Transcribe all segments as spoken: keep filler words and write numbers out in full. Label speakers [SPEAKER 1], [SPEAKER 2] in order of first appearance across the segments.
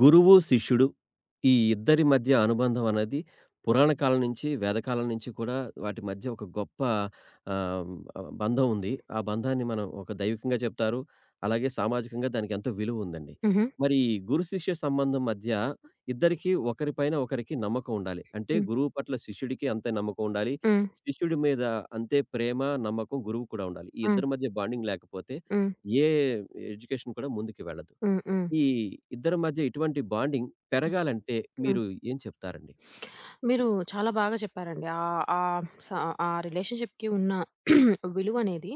[SPEAKER 1] గురువు, శిష్యుడు ఈ ఇద్దరి మధ్య అనుబంధం అనేది పురాణ కాలం నుంచి, వేదకాలం నుంచి కూడా వాటి మధ్య ఒక గొప్ప ఆహ్, బంధం ఉంది. ఆ బంధాన్ని మనం ఒక దైవికంగా చెప్తారు. అలాగే సామాజికంగా దానికి ఎంతో విలువ ఉందండి.
[SPEAKER 2] హుహు.
[SPEAKER 1] మరి ఈ గురు, శిష్య సంబంధం మధ్య ఇద్దరికీ ఒకరి పైన ఒకరికి నమ్మకం ఉండాలి. అంటే
[SPEAKER 2] హ్మ్.
[SPEAKER 1] గురువు పట్ల శిష్యుడికి అంతే నమ్మకం ఉండాలి.
[SPEAKER 2] హ్మ్.
[SPEAKER 1] శిష్యుడి మీద అంతే ప్రేమ, నమ్మకం గురువుకి కూడా ఉండాలి. ఈ
[SPEAKER 2] హ్మ్.
[SPEAKER 1] ఇద్దరి మధ్య బాండింగ్ లేకపోతే
[SPEAKER 2] హ్మ్.
[SPEAKER 1] ఏ ఎడ్యుకేషన్ కూడా ముందుకు వెళ్ళదు.
[SPEAKER 2] హ్మ్. హ్మ్.
[SPEAKER 1] ఈ ఇద్దరి మధ్య ఇటువంటి బాండింగ్ పెరగాలంటే
[SPEAKER 2] హ్మ్.
[SPEAKER 1] మీరు ఏం చెప్తారండి?
[SPEAKER 2] మీరు చాలా బాగా చెప్పారండి. ఆహ్, ఆహ్, స ఆ రిలేషన్‌షిప్‌కి ఉన్న విలువనేది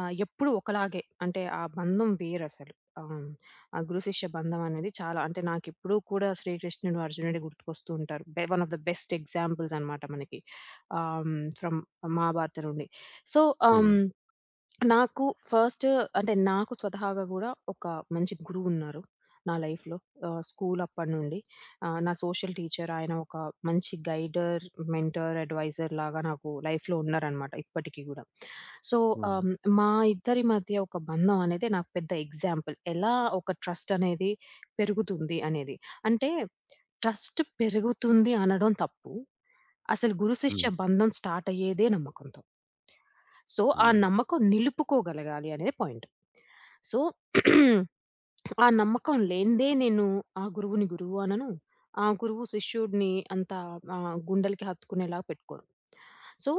[SPEAKER 2] ఆహ్, ఎప్పుడు ఒకలాగే అంటే ఆ బంధం వేరసలు. ఆహ్, ఆ గురు శిష్య బంధం అనేది చాలా అంటే నాకిప్పుడు కూడా శ్రీకృష్ణుడు, అర్జునుడే గుర్తుకొస్తూ ఉంటారు. బె one of the best examples అనమాట మనకి. ఆహ్, ఫ్రమ్ మహాభారతం నుండి. సో, ఆహ్
[SPEAKER 1] హ్మ్.
[SPEAKER 2] నాకు ఫస్ట్ అంటే నాకు స్వతహాగా గూడా ఒక మంచి గురువున్నారు నా లైఫ్‌లో. ఆహ్, స్కూల్ అప్పటినుండి ఆహ్, నా సోషల్ టీచర్ ఆయన ఒక మంచి గైడర్, మెంటర్, అడ్వైజర్ లాగా నాకు లైఫ్‌లో ఉన్నారనమాట ఇప్పటికి గూడా. సో,
[SPEAKER 1] హ్మ్.
[SPEAKER 2] ఆహ్, మా ఇద్దరి మధ్య ఒక బంధం అనేది నాకు పెద్ద ఎగ్జాంపుల్. ఎలా ఒక ట్రస్ట్ అనేది పెరుగుతుంది అనేది. అంటే ట్రస్ట్ పెరుగుతుంది అనడం తప్పు. అసలు గురు శిష్య
[SPEAKER 1] హ్మ్.
[SPEAKER 2] బంధం స్టార్ట్ అయ్యేదే నమ్మకంతో. సో, ఆ
[SPEAKER 1] హ్మ్.
[SPEAKER 2] నమ్మకం నిలుపుకోగలగాలి అనేది పాయింట్. సో, ఆ నమ్మకం లేనిదే నేను ఆ గురువుని గురువు అనను. ఆ గురువు శిష్యుడిని అంత ఆహ్, గుండెలకి హత్తుకునేలాగా పెట్టుకోను. సో,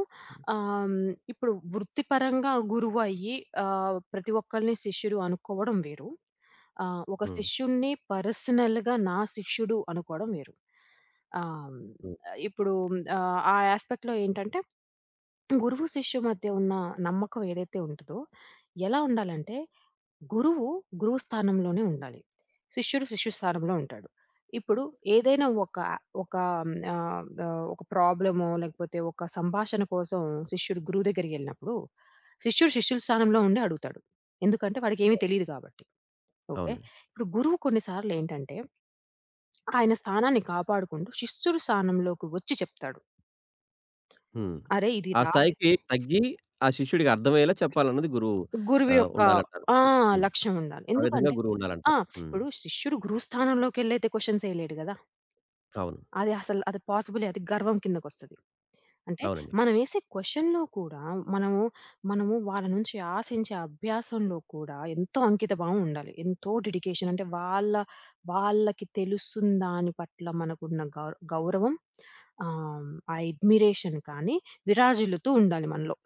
[SPEAKER 2] ఆహ్, హ్మ్, ఇప్పుడు వృత్తిపరంగా గురువయ్యి ఆహ్, ప్రతి ఒక్కళ్ళని శిష్యుడు అనుకోవడం వేరు. ఆహ్, ఒక
[SPEAKER 1] హ్మ్.
[SPEAKER 2] శిష్యుడిని పర్సనల్‌గా నా శిష్యుడు అనుకోవడం వేరు. ఆహ్,
[SPEAKER 1] హ్మ్.
[SPEAKER 2] ఇప్పుడు ఆహ్, ఆ యాస్పెక్ట్‌లో ఏంటంటే గురువు శిష్యు మధ్య ఉన్న నమ్మకం ఏదైతే ఉంటదో, ఎలా ఉండాలంటే, గురువు గురువు స్థానంలోనే ఉండాలి. శిష్యుడు శిష్యు స్థానంలో ఉంటాడు. ఇప్పుడు ఏదైనా ఒక ఒక ఆహ్, ఆహ్, ఒక ప్రాబ్లమో లేకపోతే ఒక సంభాషణ కోసం శిష్యుడు గురువు దగ్గరికెళ్ళినప్పుడు, శిష్యుడు శిష్యుల స్థానంలో ఉండి అడుగుతాడు. ఎందుకంటే వాడికేమి తెలీదు కాబట్టి. ఓకే.
[SPEAKER 1] అవునండి.
[SPEAKER 2] ఇప్పుడు గురువు కొన్ని సార్లు ఏంటంటే, ఆయన స్థానాన్ని కాపాడుకుంటూ శిష్యుడు స్థానంలోకి వచ్చి చెప్తాడు.
[SPEAKER 1] హ్మ్.
[SPEAKER 2] "అరేయ్! ఇది
[SPEAKER 1] ఆ
[SPEAKER 2] రా".
[SPEAKER 1] స్థాయికి తగ్గి ఆ శిష్యుడికి అర్థమయ్యేలా చెప్పాలన్నది గురువు
[SPEAKER 2] గురువు
[SPEAKER 1] ఆహ్,
[SPEAKER 2] యొక్క
[SPEAKER 1] ఉండాలంటారు.
[SPEAKER 2] ఆ!
[SPEAKER 1] హ్మ్.
[SPEAKER 2] లక్ష్యం ఉండాలి.
[SPEAKER 1] ఆ విధంగా
[SPEAKER 2] ఎందుకంటే
[SPEAKER 1] గురువు
[SPEAKER 2] ఆ!
[SPEAKER 1] ఉండాలంటారు. హ్మ్.
[SPEAKER 2] ఇప్పుడు శిష్యుడు గురుస్థానంలోకెళ్ళైతే క్వెషన్స్ ఎయలేడు గదా!
[SPEAKER 1] అవును.
[SPEAKER 2] అది అసలు అది పాసిబులే, అది గర్వం కిందకొస్తది. అంటే
[SPEAKER 1] అవునండి.
[SPEAKER 2] మనమేసే క్వెషన్‌లో కూడా మనము, మనము వాళ్ళ నుంచి ఆశించే అభ్యాసంలో కూడా ఎంతో అంకిత భావం ఉండాలి. ఎంతో డెడికేషన్ అంటే వాళ్ళ వాళ్ళకి తెలుస్తున్న దాని పట్ల మనకున్న గౌర గౌరవం, ఆహ్, ఆ అడ్మిరేషన్ కానీ విరాజిల్లుతూ ఉండాలి మనలో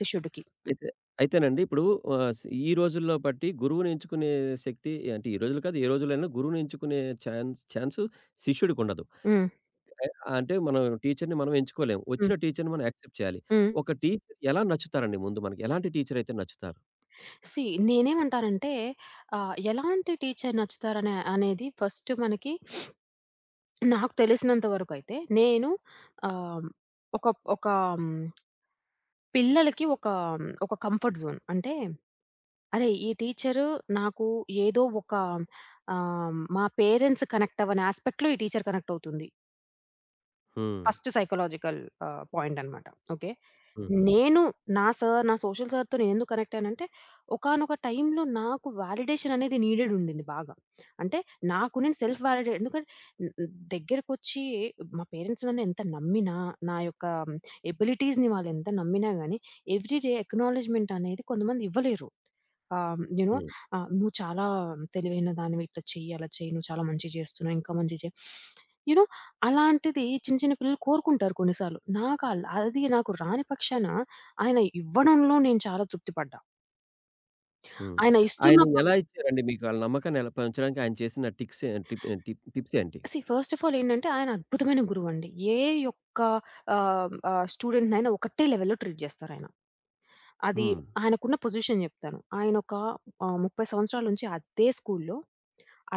[SPEAKER 2] శిష్యుడికి.
[SPEAKER 1] అయితే అయితేనండి ఇప్పుడు ఆహ్, స్ ఈ రోజుల్లో బట్టి గురువుని ఎంచుకునే శక్తి అంటే ఈ రోజులు కాదు, ఏ రోజులైనా గురువుని ఎంచుకునే ఛాన్స్ ఛాన్సు శిష్యుడికుండదు.
[SPEAKER 2] హ్మ్.
[SPEAKER 1] అంటే అంటే మనం టీచర్‌ని మనం ఎంచుకోలేము. వచ్చిన
[SPEAKER 2] హ్మ్.
[SPEAKER 1] టీచర్‌ని మనం యాక్సెప్ట్ చేయాలి.
[SPEAKER 2] హ్మ్.
[SPEAKER 1] ఒక టీచర్ ఎలా నచ్చుతారండి ముందు మనకి? ఎలాంటి టీచర్ అయితే నచ్చుతారు?
[SPEAKER 2] సీ, నేనేమంటానంటే ఆహ్, ఎలాంటి టీచర్ నచ్చుతారనే అనేది ఫస్ట్ మనకి, నాకు తెలిసినంత వరకైతే నేను ఆహ్, ఒక ఒక హ్మ్, పిల్లలకి ఒక ఒక కంఫర్ట్ జోన్. అంటే అరే! ఈ టీచరు నాకు ఏదో ఒక ఆహ్, మా పేరెంట్స్ కనెక్ట్ అవ్వని యాస్పెక్ట్‌లో ఈ టీచర్ కనెక్ట్ అవుతుంది.
[SPEAKER 1] హ్మ్.
[SPEAKER 2] ఫస్ట్ సైకలాజికల్ ఆహ్, పాయింట్ అనమాట. ఓకే.
[SPEAKER 1] హుహు.
[SPEAKER 2] నేను నా సార్ నా సోషల్ సార్‌తో నేనెందుకు కనెక్ట్ అయ్యానంటే, ఒకానొక టైమ్‌లో నాకు వాలిడేషన్ అనేది నీడెడ్ ఉండింది బాగా. అంటే నాకు నేను సెల్ఫ్ వాలిడే ఎందుకంటే న్ దగ్గరకొచ్చి మా పేరెంట్స్ నన్ను ఎంత నమ్మినా, నా యొక్క ఎబిలిటీస్‌ని వాళ్ళెంత నమ్మినా గాని, ఎవ్రీ డే అక్నాలెడ్జ్‌మెంట్ అనేది కొంతమంది ఇవ్వలేరు. ఆహ్, యూ నో
[SPEAKER 1] హ్మ్.
[SPEAKER 2] ఆహ్, "నువ్వు చాలా తెలివైన దానివి. ఇట్లా చెయ్యి, అలా చెయ్యి. నువ్వు చాలా మంచిగా చేస్తున్నావు. ఇంకా మంచిగా చెయి." యూ నో అలాంటిది చిన్న, చిన్న పిల్లలు కోరుకుంటారు కొన్ని సార్లు. నాకాల్ అది నాకు రాని పక్షాన ఆయన ఇవ్వడంలో నేను చాలా తృప్తి పడ్డా.
[SPEAKER 1] హ్మ్.
[SPEAKER 2] ఆయన
[SPEAKER 1] ఆయన
[SPEAKER 2] ఇస్తున్నప్పుడు
[SPEAKER 1] ఎలా ఇచ్చారండి మీకు? ఆళ్ళ నమ్మకాన్ని ఎలా పెంచడానికి ఆయన చేసిన tricks a tip tip tips ఏంటి?
[SPEAKER 2] సీ, ఫస్ట్ ఆఫ్ ఆల్ ఏంటంటే ఆయన అద్భుతమైన గురువండి. ఏ యొక్క ఆహ్, ఆహ్, స్టూడెంట్‌నైనా ఒకటే లెవెల్‌లో ట్రీట్ చేస్తారాయన. అది
[SPEAKER 1] హ్మ్.
[SPEAKER 2] ఆయనకున్న పొజిషన్ చెప్తాను. ఆయనొక ఆహ్, ముప్ఫై సంవత్సరాల నుంచి అదే స్కూల్‌లో,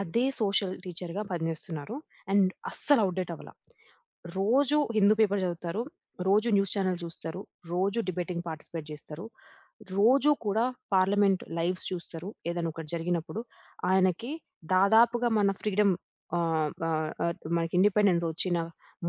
[SPEAKER 2] అదే సోషల్ టీచర్‌గా పనిచేస్తున్నారు. అండ్ అస్సలు ఔట్‌డేట్ అవ్వలా. రోజు హిందూ పేపర్ చదువుతారు. రోజు న్యూస్ ఛానెల్ చూస్తారు. రోజు డిబేటింగ్ పార్టిసిపేట్ చేస్తారు. రోజు కూడా పార్లమెంట్ లైవ్స్ చూస్తారు. ఏదైనా ఒకటి జరిగినప్పుడు. ఆయనకి దాదాపుగా మన ఫ్రీడమ్ ఆహ్, ఆహ్, ఆహ్, మనకి ఇండిపెండెన్స్ వచ్చిన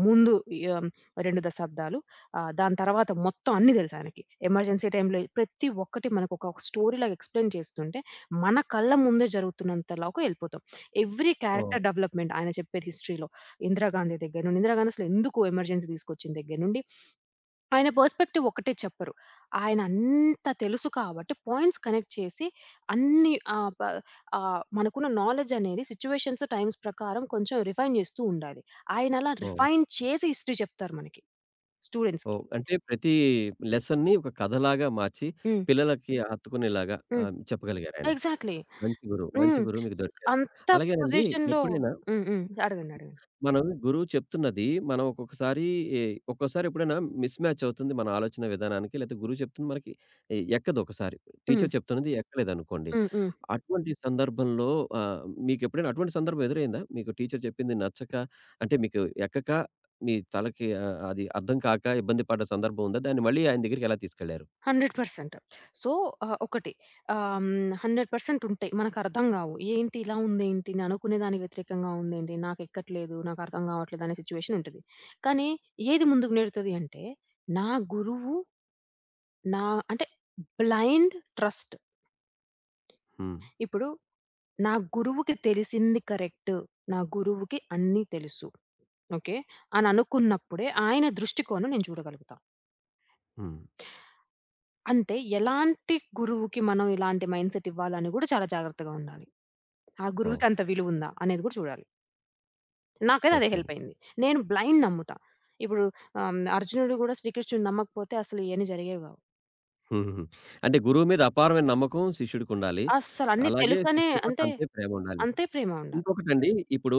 [SPEAKER 2] ముందు ఆహ్, రెండు దశాబ్దాలు, ఆహ్, దాని తర్వాత మొత్తం అన్నీ తెలుసు ఆయనకి. ఎమర్జెన్సీ టైమ్‌లో ప్రతి ఒక్కటి మనకు ఒక స్టోరీ‌లాగా ఎక్స్‌ప్లెయిన్ చేస్తుంటే, మన కళ్ళ ముందే జరుగుతున్నంతలోకి ఎళ్ళిపోతాం. Every
[SPEAKER 1] oh!
[SPEAKER 2] క్యారెక్టర్ డెవలప్‌మెంట్ ఆయన చెప్పేది హిస్టరీలో. ఇందిరాగాంధీ దగ్గర నుండి, ఇందిరాగాంధీ అసలు ఎందుకు ఎమర్జెన్సీ తీసుకొచ్చిన దగ్గర నుండి, ఆయన పర్స్‌పెక్టివ్ ఒకటే చెప్పరు. ఆయన అంత తెలుసు కాబట్టి పాయింట్స్ కనెక్ట్ చేసి అన్ని ఆహ్, ప ఆహ్, మనకున్న నాలెడ్జ్ అనేది సిట్యుయేషన్స్, టైమ్స్ ప్రకారం కొంచెం రిఫైన్ చేస్తూ ఉండాలి. ఆయన అలా
[SPEAKER 1] ఓహ్!
[SPEAKER 2] రిఫైన్ చేసి హిస్టరీ చెప్తారు మనకి, స్టూడెంట్స్‌కి.
[SPEAKER 1] ఓహ్! అంటే ప్రతి లెసన్‌ని ఒక కథలాగా మార్చి
[SPEAKER 2] హ్మ్.
[SPEAKER 1] పిల్లలకి హత్తుకునేలాగా
[SPEAKER 2] హ్మ్.
[SPEAKER 1] ఆహ్, చెప్పగలిగారాయన.
[SPEAKER 2] ఎగ్జాక్ట్‌లీ.
[SPEAKER 1] మంచి గురువు. మంచి
[SPEAKER 2] హ్మ్.
[SPEAKER 1] గురువు మీకు
[SPEAKER 2] స్
[SPEAKER 1] దొరికారు.
[SPEAKER 2] అంత
[SPEAKER 1] అలాగేనండి
[SPEAKER 2] పొజిషన్‌లో.
[SPEAKER 1] ఎప్పుడైనా
[SPEAKER 2] హ్మ్. హ్మ్. అడగండి. అడగండి.
[SPEAKER 1] మనం గురువు చెప్తున్నది మనం ఒక్కొక్కసారి ఏ ఒక్కోసారి ఎప్పుడైనా మిస్ మ్యాచ్ అవుతుంది మన ఆలోచన విధానానికి. లేతే గురువు చెప్తుంది మనకి ఎ ఎక్కదు ఒకసారి.
[SPEAKER 2] హ్మ్.
[SPEAKER 1] టీచర్ చెప్తున్నది ఎక్కలేదనుకోండి.
[SPEAKER 2] హ్మ్. హ్మ్.
[SPEAKER 1] అటువంటి సందర్భంలో ఆహ్, మీకెప్పుడైనా అటువంటి సందర్భం ఎదురైందా? మీకు టీచర్ చెప్పింది నచ్చక అంటే మీకు ఎక్కక మీ తలకి ఆహ్, అది అర్థం కాక ఇబ్బంది పడ్డ సందర్భం ఉందా? దాన్ని మళ్ళీ ఆయన దగ్గరికి ఎలా తీసుకెళ్లారు?
[SPEAKER 2] నూరు శాతం. సో, ఆహ్, ఒకటి ఆహ్, హ్మ్, నూరు శాతం ఉంటాయి. మనకర్థం గావు. ఏంటి ఇలా ఉందేంటి? నేననుకునే దానికి వ్యతిరేకంగా ఉందేంటి? నాకెక్కట్లేదు, నాకర్థం గావట్లేదు అనే సిచ్యువేషన్ ఉంటది. కానీ ఏది ముందుకు నెడుతది అంటే, నా గురువు నా అంటే బ్లైండ్ ట్రస్ట్.
[SPEAKER 1] హ్మ్.
[SPEAKER 2] ఇప్పుడు నా గురువుకి తెలిసింది కరెక్ట్. నా గురువుకి అన్నీ తెలుసు. ఓకే. అని అనుకున్నప్పుడే ఆయన దృష్టికోణం నేను చూడగలుగుతా.
[SPEAKER 1] హ్మ్.
[SPEAKER 2] అంటే ఎలాంటి గురువుకి మనం ఇలాంటి మైండ్‌సెట్ ఇవ్వాలని గూడా చాలా జాగ్రత్తగా ఉండాలి. ఆ
[SPEAKER 1] ఓహ్!
[SPEAKER 2] గురువుకంత విలువుందా అనేది కూడా చూడాలి. నాకైతే అదే
[SPEAKER 1] ఓకే అండి.
[SPEAKER 2] హెల్పయింది. నేను బ్లైండ్ నమ్ముతా. ఇప్పుడు ఆహ్, అర్జునుడు కూడా శ్రీకృష్ణుడిని నమ్మకపోతే అసలు ఇయన్నీ జరిగేవి గావు.
[SPEAKER 1] హుహుహు. అంటే గురువు మీద అపారమైన నమ్మకం శిష్యుడికుండాలి.
[SPEAKER 2] అస్సలు అన్నీ
[SPEAKER 1] అలాగే
[SPEAKER 2] తెలుసనే
[SPEAKER 1] శిష్యుడి పట్ల
[SPEAKER 2] అంటే
[SPEAKER 1] అంతే ప్రేమ ఉండాలి.
[SPEAKER 2] అంతే ప్రేమ ఉండాలి.
[SPEAKER 1] ఇంకొకటండి. ఇప్పుడు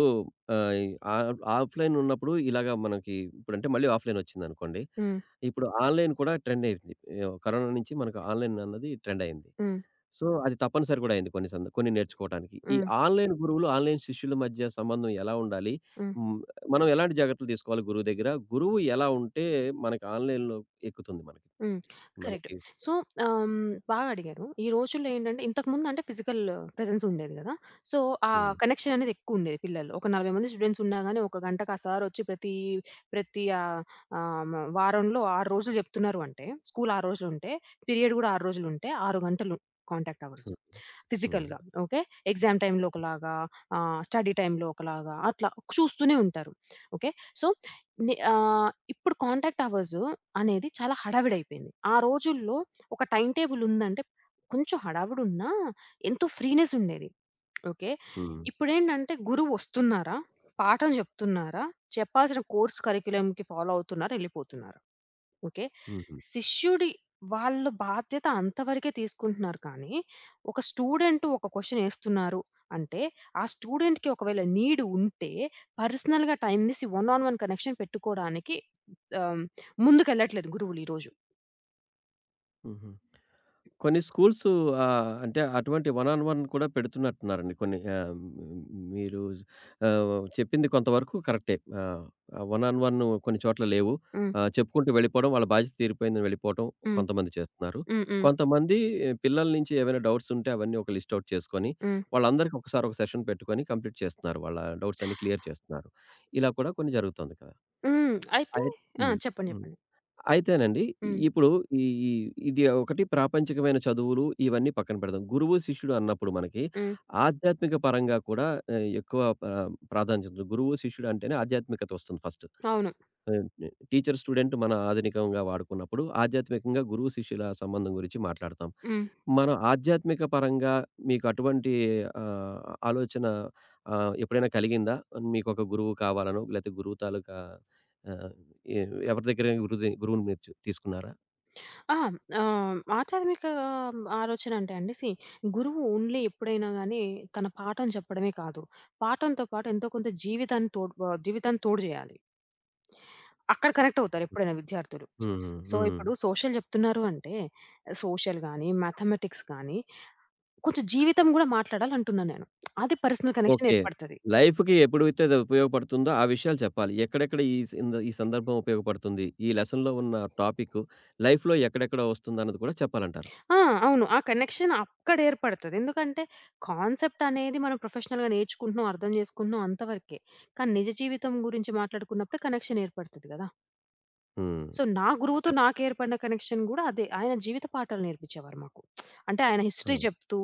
[SPEAKER 1] ఆహ్, ఆఫ్ ఆఫ్‌లైన్ ఉన్నప్పుడు ఇలాగా మనకి ఇప్పుడంటే మళ్ళీ ఆఫ్‌లైన్ వచ్చిందనుకోండి.
[SPEAKER 2] హ్మ్.
[SPEAKER 1] ఇప్పుడు ఆన్‌లైన్ కూడా ట్రెండ్ అయింది. ఆహ్, కరోనా నుంచి మనకు ఆన్‌లైన్ అన్నది ట్రెండ్ అయింది.
[SPEAKER 2] హ్మ్.
[SPEAKER 1] సో, అది తప్పనిసరి కూడా అయింది కొన్ని సంద కొన్ని నేర్చుకోవటానికి. ఈ
[SPEAKER 2] హ్మ్.
[SPEAKER 1] ఆన్‌లైన్ గురువులు, ఆన్‌లైన్ శిష్యుల మధ్య సంబంధం ఎలా ఉండాలి?
[SPEAKER 2] హ్మ్.
[SPEAKER 1] హ్మ్. మనం ఎలాంటి జాగ్రత్తలు తీసుకోవాలి గురువు దగ్గర? గురువు ఎలా ఉంటే మనకి ఆన్‌లైన్‌లో ఎక్కుతుంది మనకి?
[SPEAKER 2] హ్మ్. కరెక్ట్.
[SPEAKER 1] మనకి
[SPEAKER 2] సో, ఆహ్, హ్మ్, బాగా అడిగారు. ఈ రోజుల్లో ఏంటంటే ఇంతకుముందు అంటే ఫిజికల్ ప్రెజెన్స్ ఉండేది గదా! సో, ఆ
[SPEAKER 1] హ్మ్.
[SPEAKER 2] కనెక్షన్ అనేది ఎక్కువుండేది పిల్లల్లో. ఒక నలభై మంది స్టూడెంట్స్ ఉన్నా గాని ఒక గంటకి ఆ సార్ ఒచ్చి ప్రతి, ప్రతి ఆహ్, ఆహ్, మ వారంలో ఆరు రోజులు జెప్తున్నారు అంటే, స్కూల్ ఆరు రోజులుంటే, పీరియడ్ గూడా ఆరు రోజులుంటే ఆరు గంటలు కాంటాక్ట్ అవర్స్
[SPEAKER 1] హ్మ్. హ్మ్.
[SPEAKER 2] ఫిజికల్‌గా. ఓకే. ఎగ్జామ్ టైమ్‌లో ఒకలాగా, ఆహ్, స్టడీ టైమ్‌లో ఒకలాగా అట్లా చూస్తూనే ఉంటారు. ఓకే. సో ని ఆహ్, ఇప్పుడు కాంటాక్ట్ అవర్స్ అనేది చాలా హడావిడైపోయింది. ఆ రోజుల్లో ఒక టైమ్ టేబుల్ ఉందంటే కొంచెం హడావిడున్నా ఎంతో ఫ్రీనెస్ ఉండేది. ఓకే.
[SPEAKER 1] హ్మ్.
[SPEAKER 2] ఇప్పుడేంటంటే గురువొస్తున్నారా, పాఠం చెప్తున్నారా, చెప్పాల్సిన కోర్స్ కరిక్యులమ్‌కి ఫాలో అవుతున్నారా, ఎళ్ళిపోతున్నారు. ఓకే.
[SPEAKER 1] హుహు.
[SPEAKER 2] శిష్యుడి వాళ్ళ బాధ్యత అంతవరకే తీసుకుంటున్నారు కానీ, ఒక స్టూడెంట్ ఒక క్వెషన్ ఏస్తున్నారు అంటే, ఆ స్టూడెంట్‌కి ఒకవేళ నీడ్ ఉంటే, పర్సనల్‌గా టైమ్ తీసి వన్ ఆన్ వన్ కనెక్షన్ పెట్టుకోడానికి ఆహ్, ముందుకెళ్ళట్లేదు గురువులు ఈ రోజు.
[SPEAKER 1] హుహు. కొన్ని స్కూల్సు ఆహ్, అంటే అటువంటి వన్ ఆన్ వన్ కూడా పెడుతున్నట్టున్నారండి. కొన్ని ఆహ్, హ్మ్, మీరు ఆహ్, చెప్పింది కొంతవరకు కరెక్టే. ఆహ్, వన్ ఆన్ వన్ కొన్ని చోట్ల లేవు.
[SPEAKER 2] హ్మ్.
[SPEAKER 1] ఆహ్, చెప్పుకుంటూ వెళ్ళిపోవడం, వాళ్ళ బాధ్యత తీరిపోయిందని వెళ్ళిపోవటం
[SPEAKER 2] హ్మ్.
[SPEAKER 1] కొంతమంది చేస్తున్నారు.
[SPEAKER 2] హ్మ్. హ్మ్.
[SPEAKER 1] కొంతమంది ఆ, పిల్లల నుంచి ఏవైనా డౌట్స్ ఉంటే అవన్నీ ఒక లిస్ట్ ఔట్ చేసుకొని,
[SPEAKER 2] హ్మ్.
[SPEAKER 1] వాళ్ళందరికీ ఒకసారి ఒక సెషన్ పెట్టుకొని కంప్లీట్ చేస్తున్నారు. వాళ్ళ డౌట్స్ అన్నీ క్లియర్ చేస్తున్నారు. ఇలా కూడా కొన్ని జరుగుతుంది కదా!
[SPEAKER 2] హ్మ్. అయితే
[SPEAKER 1] అయి
[SPEAKER 2] ఆ!
[SPEAKER 1] హ్మ్.
[SPEAKER 2] చెప్పండి.
[SPEAKER 1] హ్మ్.
[SPEAKER 2] చెప్పండి.
[SPEAKER 1] అయితేనండి
[SPEAKER 2] హ్మ్.
[SPEAKER 1] ఇప్పుడు ఈ ఈ ఇది ఒకటి ప్రాపంచికమైన చదువులు ఇవన్నీ పక్కన పెడదాం. గురువు, శిష్యుడు అన్నప్పుడు మనకి
[SPEAKER 2] హ్మ్.
[SPEAKER 1] ఆధ్యాత్మిక పరంగా కూడా ఆహ్, ఎక్కువ ప ప్రాధాన్యత. ఉంటుంది. గురువు, శిష్యుడు అంటేనే ఆధ్యాత్మికత వస్తుంది ఫస్ట్.
[SPEAKER 2] అవును.
[SPEAKER 1] ఆహ్, నే టీచర్ స్టూడెంట్ మన ఆధునికంగా వాడుకున్నప్పుడు, ఆధ్యాత్మికంగా గురువు శిష్యుల సంబంధం గురించి మాట్లాడతాం.
[SPEAKER 2] హ్మ్.
[SPEAKER 1] మనం ఆధ్యాత్మిక పరంగా మీకు అటువంటి ఆహ్, ఆలోచన ఆహ్, ఎప్పుడైనా కలిగిందా? మీకొక గురువు కావాలనో, లేతే గురువు తాలూకా ఆహ్, ఎ ఎవరి దగ్గరైనా గురుది గురువుని మీరు చు తీసుకున్నారా?
[SPEAKER 2] ఆ! ఆహ్, ఆధ్యాత్మిక ఆలోచన అంటే అండి, సీ, గురువు ఓన్లీ ఎప్పుడైనా గానీ తన పాఠం చెప్పడమే కాదు. పాఠంతో పాటు ఎంతో కొంత జీవితాన్ని తోడ్ ఆహ్, జీవితాన్ని తోడు జేయాలి. అక్కడ కనెక్ట్ అవుతారు ఎప్పుడైనా విద్యార్థులు.
[SPEAKER 1] హ్మ్.
[SPEAKER 2] సో,
[SPEAKER 1] హ్మ్.
[SPEAKER 2] ఇప్పుడు సోషల్ జెప్తున్నారు అంటే సోషల్ గానీ, మ్యాథమెటిక్స్ గానీ కొంచెం జీవితం గూడా మాట్లాడాలంటున్నా నేను. అది పర్సనల్ కనెక్షన్
[SPEAKER 1] ఓకే.
[SPEAKER 2] ఏర్పడతది.
[SPEAKER 1] లైఫ్‌కి ఎప్పుడైతే అది ఉపయోగపడుతుందో ఆ విషయాలు చెప్పాలి. ఎక్కడెక్కడ ఈ సింద ఈ సందర్భం ఉపయోగపడుతుంది? ఈ లెసన్‌లో ఉన్న టాపిక్ లైఫ్‌లో ఎక్కడెక్కడ వస్తుందన్నది కూడా చెప్పాలంటారు.
[SPEAKER 2] ఆ! అవును. ఆ కనెక్షన్ అక్కడ ఏర్పడతది. ఎందుకంటే, కాన్సెప్ట్ అనేది మనం ప్రొఫెషనల్‌గా నేర్చుకుంటున్నాం, అర్థం చేసుకుంటున్నాం అంతవరకే. కానీ నిజ జీవితం గురించి మాట్లాడుకున్నప్పుడు కనెక్షన్ ఏర్పడతది గదా!
[SPEAKER 1] హ్మ్.
[SPEAKER 2] సో, నా గురువుతో
[SPEAKER 1] అన్
[SPEAKER 2] నాకేర్పడిన కనెక్షన్ గూడా అదే. ఆయన జీవిత పాఠాలు నేర్పించేవారు మాకు. అంటే ఆయన
[SPEAKER 1] ఆ!
[SPEAKER 2] హిస్టరీ చెప్తూ,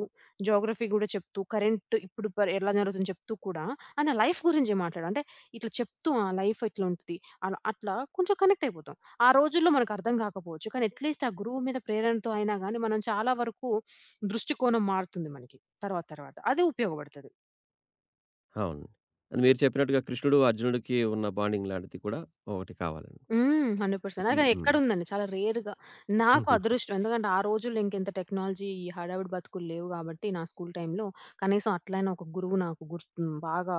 [SPEAKER 2] జియోగ్రఫీ గూడా చెప్తూ, కరెంట్ ఇప్పుడు ప ఎలా జరుగుతుందో చెప్తూ కూడా ఆయన లైఫ్ గురించి మాట్లాడు. అంటే ఇట్లా చెప్తూ ఆ లైఫ్ ఇట్లా ఉంటది. అలా అట్లా కొంచెం కనెక్ట్ అయిపోతాం. ఆ రోజుల్లో మనకు అర్థం కాకపోవచ్చు. కానీ అట్‌లీస్ట్ ఆ గురువు మీద ప్రేరణతో అయినా గాని మనం చాలా వరకు దృష్టికోణం మారుతుంది మనకి తర్వాత తర్వాత. అది ఉపయోగపడతది.
[SPEAKER 1] అవును. అది మీరు చెప్పినట్టుగా కృష్ణుడు, అర్జునుడికి ఉన్న బాండింగ్ లాంటిది కూడా ఒకటి కావాలండి.
[SPEAKER 2] హ్మ్. నూరు శాతం అలాగని
[SPEAKER 1] హ్మ్.
[SPEAKER 2] ఎక్కడుందండి. చాలా రేర్‌గా. నాకు అదృష్టం. ఎందుకంటే, ఆ రోజుల్లో ఇంకెంత టెక్నాలజీ, ఈ హడావిడి బతుకులు లేవు గాబట్టి, నా స్కూల్ టైమ్‌లో కనీసం అట్లైనా ఒక గురువు నాకు గుర్తు హ్మ్, బాగా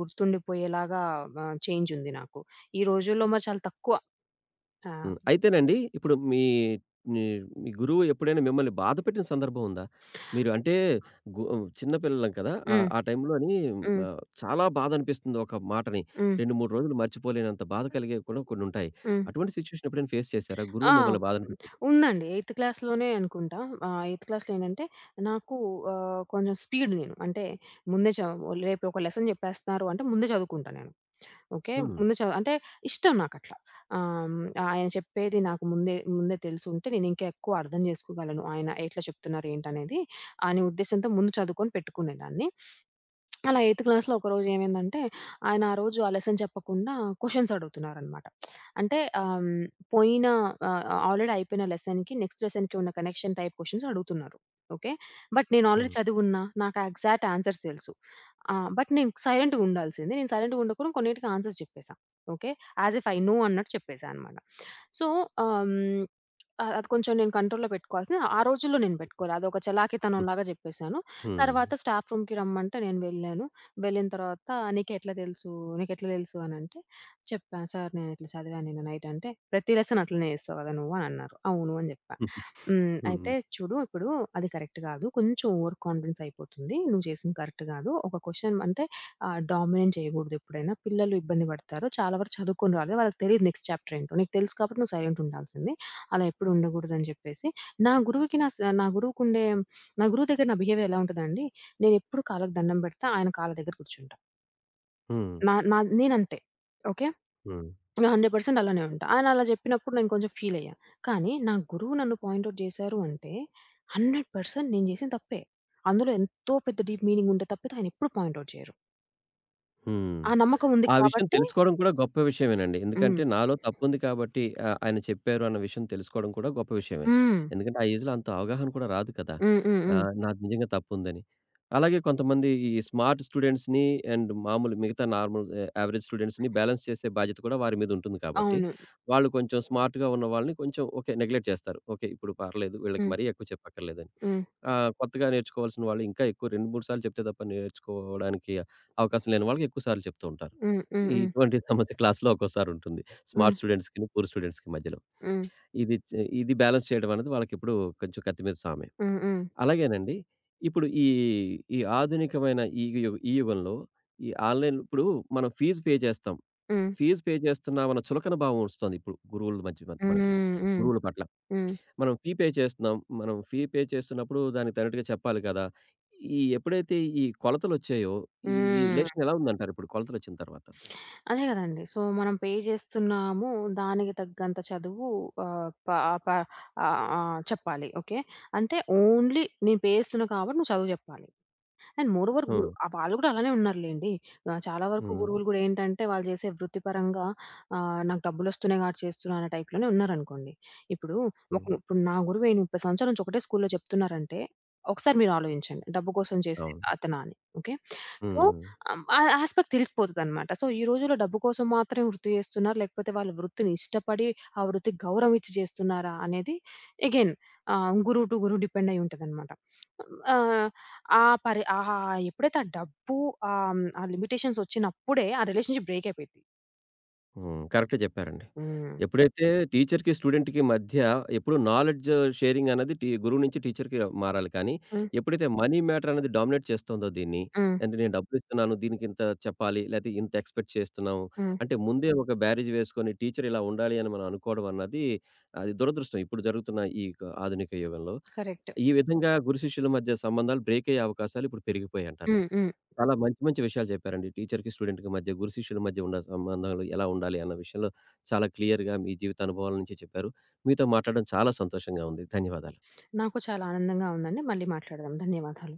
[SPEAKER 2] గుర్తుండిపోయేలాగా ఆహ్, చేంజ్ ఉంది నాకు. ఈ రోజుల్లో మరి చాలా తక్కువ. ఆ!
[SPEAKER 1] హ్మ్. అయితేనండి ఇప్పుడు మీ మీ మీ గురువు ఎప్పుడైనా మిమ్మల్ని బాధ పెట్టిన సందర్భం ఉందా? మీరు అంటే గు చిన్న పిల్లలం కదా! ఆ
[SPEAKER 2] హ్మ్.
[SPEAKER 1] ఆ టైంలోని
[SPEAKER 2] హ్మ్.
[SPEAKER 1] ఆహ్, చాలా బాధ అనిపిస్తుంది ఒక మాటని.
[SPEAKER 2] హ్మ్.
[SPEAKER 1] రెండు, మూడు రోజులు మర్చిపోలేనంత బాధ కలిగేవి కూడా కొన్నుంటాయి.
[SPEAKER 2] హ్మ్.
[SPEAKER 1] అటువంటి సిట్యుయేషన్ ఎప్పుడైనా ఫేస్ చేసారా?
[SPEAKER 2] ఆ!
[SPEAKER 1] గురువు మిమ్మల్ని బాధ అనిపించడం?
[SPEAKER 2] ఉందండి. 8థ్ క్లాస్‌లోనే అనుకుంటా. ఆహ్, 8థ్ క్లాస్‌లో ఏంటంటే, నాకు ఆహ్, కొంచెం స్పీడ్ నేను. అంటే, ముందే చ రేపు ఒక లెసన్ చెప్పేస్తున్నారు అంటే, ముందే చదువుకుంటా నేను. ఓకే.
[SPEAKER 1] హ్మ్.
[SPEAKER 2] ముందు చ అంటే ఇష్టం నాకట్లా. ఆహ్, హ్మ్. ఆయన చెప్పేది నాకు ముందే ముందే తెలుసుంటే నేనింకా ఎక్కువ అర్థం జేసుకోగలను. ఆయన ఎట్లా చెప్తున్నారు ఏంటనేది అనే ఉద్దేశ్యంతో ముందు చదువుకొని పెట్టుకునేదాన్ని. అలా ఎయిత్ క్లాస్‌లో ఒకరోజు ఏమైందంటే, ఆయన ఆ రోజు ఆ లెసన్ చెప్పకుండా క్వెషన్స్ అడుగుతున్నారనమాట. అంటే ఆహ్, హ్మ్, పోయిన ఆహ్, ఆల్రెడీ అయిపోయిన లెసన్‌కి నెక్స్ట్ లెసన్‌కి ఉన్న కనెక్షన్ టైప్ క్వెషన్స్ అడుగుతున్నారు. ఓకే. బట్ నేను ఆల్రెడీ
[SPEAKER 1] హ్మ్.
[SPEAKER 2] చదివున్నా. నాకు ఆ ఎగ్జాక్ట్ ఆన్సర్స్ తెలుసు. ఆహ్, బట్ నేను సైలెంట్‌గా ఉండాల్సింది. నేను సైలెంట్‌గా ఉండకుండా కొన్నిటికి ఆన్సర్స్ చెప్పేసా. Okay. As if I know అన్నట్టు చెప్పేసా అనమాట. సో, ఆహ్, హ్మ్, అది కొంచెం నేను కంట్రోల్‌లో పెట్టుకోవాల్సింది. ఆ రోజుల్లో నేను పెట్టుకోలే. అదొక
[SPEAKER 1] హ్మ్.
[SPEAKER 2] చలాకీతనంలాగా చెప్పేసాను.
[SPEAKER 1] హ్మ్.
[SPEAKER 2] తర్వాత స్టాఫ్ రూమ్‌కి రమ్మంటే నేను వెళ్ళాను. వెళ్ళిన తర్వాత "నీకెట్లా తెలుసు? నీకెట్లా తెలుసు" అనంటే చెప్పా. "సార్ నేనిట్లా చదివాను నిన్న నైట్" అంటే, "ప్రతి లెసన్ అట్లనే చేస్తావు కదా నువ్వు" అనన్నారు. "అవును" అని చెప్పా. హ్మ్.
[SPEAKER 1] హ్మ్.
[SPEAKER 2] అయితే "చూడు ఇప్పుడు అది కరెక్ట్ కాదు. కొంచెం ఓవర్ కాన్ఫిడెన్స్ అయిపోతుంది. నువ్వు చేసింది కరెక్ట్ కాదు. ఒక క్వెషన్ అంటే ఆహ్, డామినేట్ చేయకూడదు ఎప్పుడైనా. పిల్లలు ఇబ్బంది పడతారు. చాలా వరకు చదువుకొని రాలేదు. వాళ్ళకి తెలీదు నెక్స్ట్ చాప్టర్ ఏంటో. నీకు తెలుసు కాబట్టి నువ్వు సైలెంట్ ఉండాల్సింది. అలా ఎప్పుడు ఉండకూడదు" అని చెప్పేసి, నా గురువుకి నా స నా గురువుకుండే నా గురువు దగ్గర నా బిహేవియర్ ఎలా ఉంటదండి, నేనెప్పుడు కాళ్ళకి దండం పెడతా, ఆయన కాళ్ళ దగ్గర కూర్చుంటా.
[SPEAKER 1] హ్మ్.
[SPEAKER 2] నా నా నేనంతే. ఓకే.
[SPEAKER 1] హ్మ్.
[SPEAKER 2] నా నూరు శాతం అలానే ఉంటా. ఆయన అలా చెప్పినప్పుడు నేను కొంచెం ఫీల్ అయ్యా. కానీ నా గురువు నన్ను పాయింట్ ఔట్ చేశారు అంటే నూరు శాతం నేను చేసిన తప్పే. అందులో ఎంతో పెద్ద డీప్ మీనింగ్ ఉండే తప్పితే ఆయన ఎప్పుడు పాయింట్ ఔట్ చేయరు.
[SPEAKER 1] హ్మ్.
[SPEAKER 2] ఆ నమ్మకం ఉంది
[SPEAKER 1] ఆ విషయం
[SPEAKER 2] కాబట్టి.
[SPEAKER 1] తెలుసుకోవడం కూడా గొప్ప విషయమేనండి. ఎందుకంటే
[SPEAKER 2] హ్మ్.
[SPEAKER 1] నాలో తప్పుంది కాబట్టి ఆహ్, ఆయన చెప్పారు అన్న విషయం తెలుసుకోవడం కూడా గొప్ప విషయమే.
[SPEAKER 2] హ్మ్.
[SPEAKER 1] ఎందుకంటే ఆ ఏజ్‌లో అంత అవగాహన కూడా రాదు కదా!
[SPEAKER 2] హ్మ్. హ్మ్. హ్మ్.
[SPEAKER 1] ఆహ్, నాది నిజంగా తప్పుందని. అలాగే కొంతమంది ఈ స్మార్ట్ స్టూడెంట్స్‌ని అండ్ మామూలు మిగతా నార్మల్ ఆహ్, యావరేజ్ స్టూడెంట్స్‌ని బ్యాలెన్స్ చేసే బాధ్యత కూడా వారి మీద ఉంటుంది కాబట్టి,
[SPEAKER 2] అవును.
[SPEAKER 1] వాళ్ళు కొంచెం స్మార్ట్‌గా ఉన్న వాళ్ళని కొంచెం ఓకే. నెగ్లెక్ట్ చేస్తారు. ఓకే. ఇప్పుడు పర్లేదు వీళ్ళకి
[SPEAKER 2] హ్మ్.
[SPEAKER 1] మరీ ఎక్కువ చెప్పక్కర్లేదని.
[SPEAKER 2] హ్మ్.
[SPEAKER 1] ఆహ్, కొత్తగా నేర్చుకోవాల్సిన వాళ్ళు ఇంకా ఎక్కువ రెండు, మూడు సార్లు చెప్తే తప్ప నేర్చుకోవడానికి అవకాశం లేని వాళ్ళకి ఎక్కువ సార్లు చెప్తూ ఉంటారు.
[SPEAKER 2] హ్మ్. హ్మ్.
[SPEAKER 1] ఇటువంటి సమస్య క్లాస్‌లో ఒక్కోసారుంటుంది.
[SPEAKER 2] హ్మ్.
[SPEAKER 1] స్మార్ట్ స్టూడెంట్స్‌కిను, పూర్ స్టూడెంట్స్‌కి మధ్యలో.
[SPEAKER 2] హ్మ్.
[SPEAKER 1] ఇది చే ఇది బ్యాలెన్స్ చేయడం అనేది వాళ్ళకెప్పుడు కొంచెం కత్తి మీద సామే.
[SPEAKER 2] హ్మ్. హ్మ్. హ్మ్.
[SPEAKER 1] అలాగేనండి ఇప్పుడు ఈ, ఈ ఆధునికమైన ఈ యు ఈ యుగంలో ఈ ఆన్‌లైన్ ఇప్పుడు మనం ఫీజ్ పే చేస్తాం.
[SPEAKER 2] హ్మ్.
[SPEAKER 1] ఫీజ్ పే చేస్తున్నామన్న చులకన భావం వస్తుంది ఇప్పుడు గురువుల మధ్య మ మనకి.
[SPEAKER 2] హ్మ్. హ్మ్.
[SPEAKER 1] గురువుల పట్ల.
[SPEAKER 2] హ్మ్.
[SPEAKER 1] మనం ఫీ పే చేస్తున్నాం. మనం ఫీ పే చేస్తున్నప్పుడు దానికి తగినట్టుగా చెప్పాలి కదా! ఈ ఎప్పుడైతే ఈ కొలతలొచ్చాయో ఈ
[SPEAKER 2] హ్మ్.
[SPEAKER 1] రిలేషన్ ఎలా ఉందంటారు ఇప్పుడు కొలతలొచ్చిన తర్వాత?
[SPEAKER 2] అదే గదండీ. సో, మనం పే జేస్తున్నాము. దానికి తగ్గంత చదువు ఆహ్, ప ఆ, ప ఆహ్, ఆహ్, చెప్పాలి. ఓకే. అంటే ఓన్లీ నేను పే జేస్తున్నా కాబట్టి నువ్వు చదువు జెప్పాలి. అండ్ మోరోవర్ గురు
[SPEAKER 1] హ్మ్.
[SPEAKER 2] ఆహ్, వాళ్ళు గూడా అలానే ఉన్నారులెండి. ఆహ్, చాలా వరకు
[SPEAKER 1] హ్మ్.
[SPEAKER 2] గురువులు గూడా ఏంటంటే, వాళ్ళు చేసే వృత్తిపరంగా ఆహ్, నాకు డబ్బులొస్తున్నాయి కాబట్టి చేస్తున్నాను అనే టైప్‌లోనే ఉన్నారనుకోండి. ఇప్పుడు ఒక
[SPEAKER 1] హ్మ్.
[SPEAKER 2] ఇప్పుడు నా గురువే ముప్ఫై సంవత్సరాల నుంచి ఒకటే స్కూల్‌లో చెప్తున్నారంటే, ఒకసారి మీరు ఆలోచించండి. డబ్బు కోసం చేసే
[SPEAKER 1] అవును.
[SPEAKER 2] అతనా అని. ఓకే. సో,
[SPEAKER 1] హ్మ్.
[SPEAKER 2] ఆహ్, ఆ యాస్పెక్ట్ తెలిసిపోతదనమాట. సో, ఈ రోజుల్లో డబ్బు కోసం మాత్రమే వృత్తి చేస్తున్నారు. లేకపోతే వాళ్ళు వృత్తిని ఇష్టపడి, ఆ వృత్తికి గౌరవం ఇచ్చి చేస్తున్నారా అనేది అగైన్ ఆహ్, గురువు టు గురువు డిపెండ్ అయ్యి ఉంటదనమాట. ఆహ్, ఆ పరి ఆహా! ఎప్పుడైతే ఆ డబ్బు ఆహ్, హ్మ్, ఆ లిమిటేషన్స్ ఒచ్చినప్పుడే ఆ రిలేషన్‌షిప్ బ్రేక్ అయిపోయిద్ది.
[SPEAKER 1] హ్మ్. హ్మ్. కరెక్టే చెప్పారండి.
[SPEAKER 2] హ్మ్.
[SPEAKER 1] ఎప్పుడైతే టీచర్‌కి, స్టూడెంట్‌కి మధ్య ఎప్పుడు నాలెడ్జ్ షేరింగ్ అనేది టీ గురువు నుంచి టీచర్‌కి మారాలి కానీ,
[SPEAKER 2] హ్మ్.
[SPEAKER 1] ఎప్పుడైతే మనీ మ్యాటర్ అనేది డామినేట్ చేస్తుందో దీన్ని,
[SPEAKER 2] హ్మ్.
[SPEAKER 1] అంటే నేను డబ్బులిస్తున్నాను, దీనికింత చెప్పాలి, లేతే ఇంత ఎక్స్‌పెక్ట్ చేస్తున్నాము,
[SPEAKER 2] హ్మ్.
[SPEAKER 1] అంటే ముందే ఒక బేరేజ్ వేసుకొని టీచర్ ఇలా ఉండాలి అని మనం అనుకోవడం అన్నది, అది దురదృష్టం. ఇప్పుడు జరుగుతున్న ఈ క ఆధునిక యుగంలో.
[SPEAKER 2] కరెక్ట్.
[SPEAKER 1] ఈ విధంగా గురు శిష్యుల మధ్య సంబంధాలు బ్రేక్ అయ్యే అవకాశాలు ఇప్పుడు పెరిగిపోయాయంటారు.
[SPEAKER 2] హ్మ్. హ్మ్.
[SPEAKER 1] చాలా మంచి మంచి విషయాలు చెప్పారండి. టీచర్‌కి, స్టూడెంట్‌కి మధ్య, గురు శిష్యుల మధ్య ఉన్న సంబంధాలు ఎలా ఉండాలి అన్న విషయంలో చాలా క్లియర్‌గా మీ జీవిత అనుభవాల నుంచి చెప్పారు. మీతో మాట్లాడడం చాలా సంతోషంగా ఉంది. ధన్యవాదాలు.
[SPEAKER 2] నాకు చాలా ఆనందంగా ఉందండి. మళ్ళీ మాట్లాడదాం. ధన్యవాదాలు.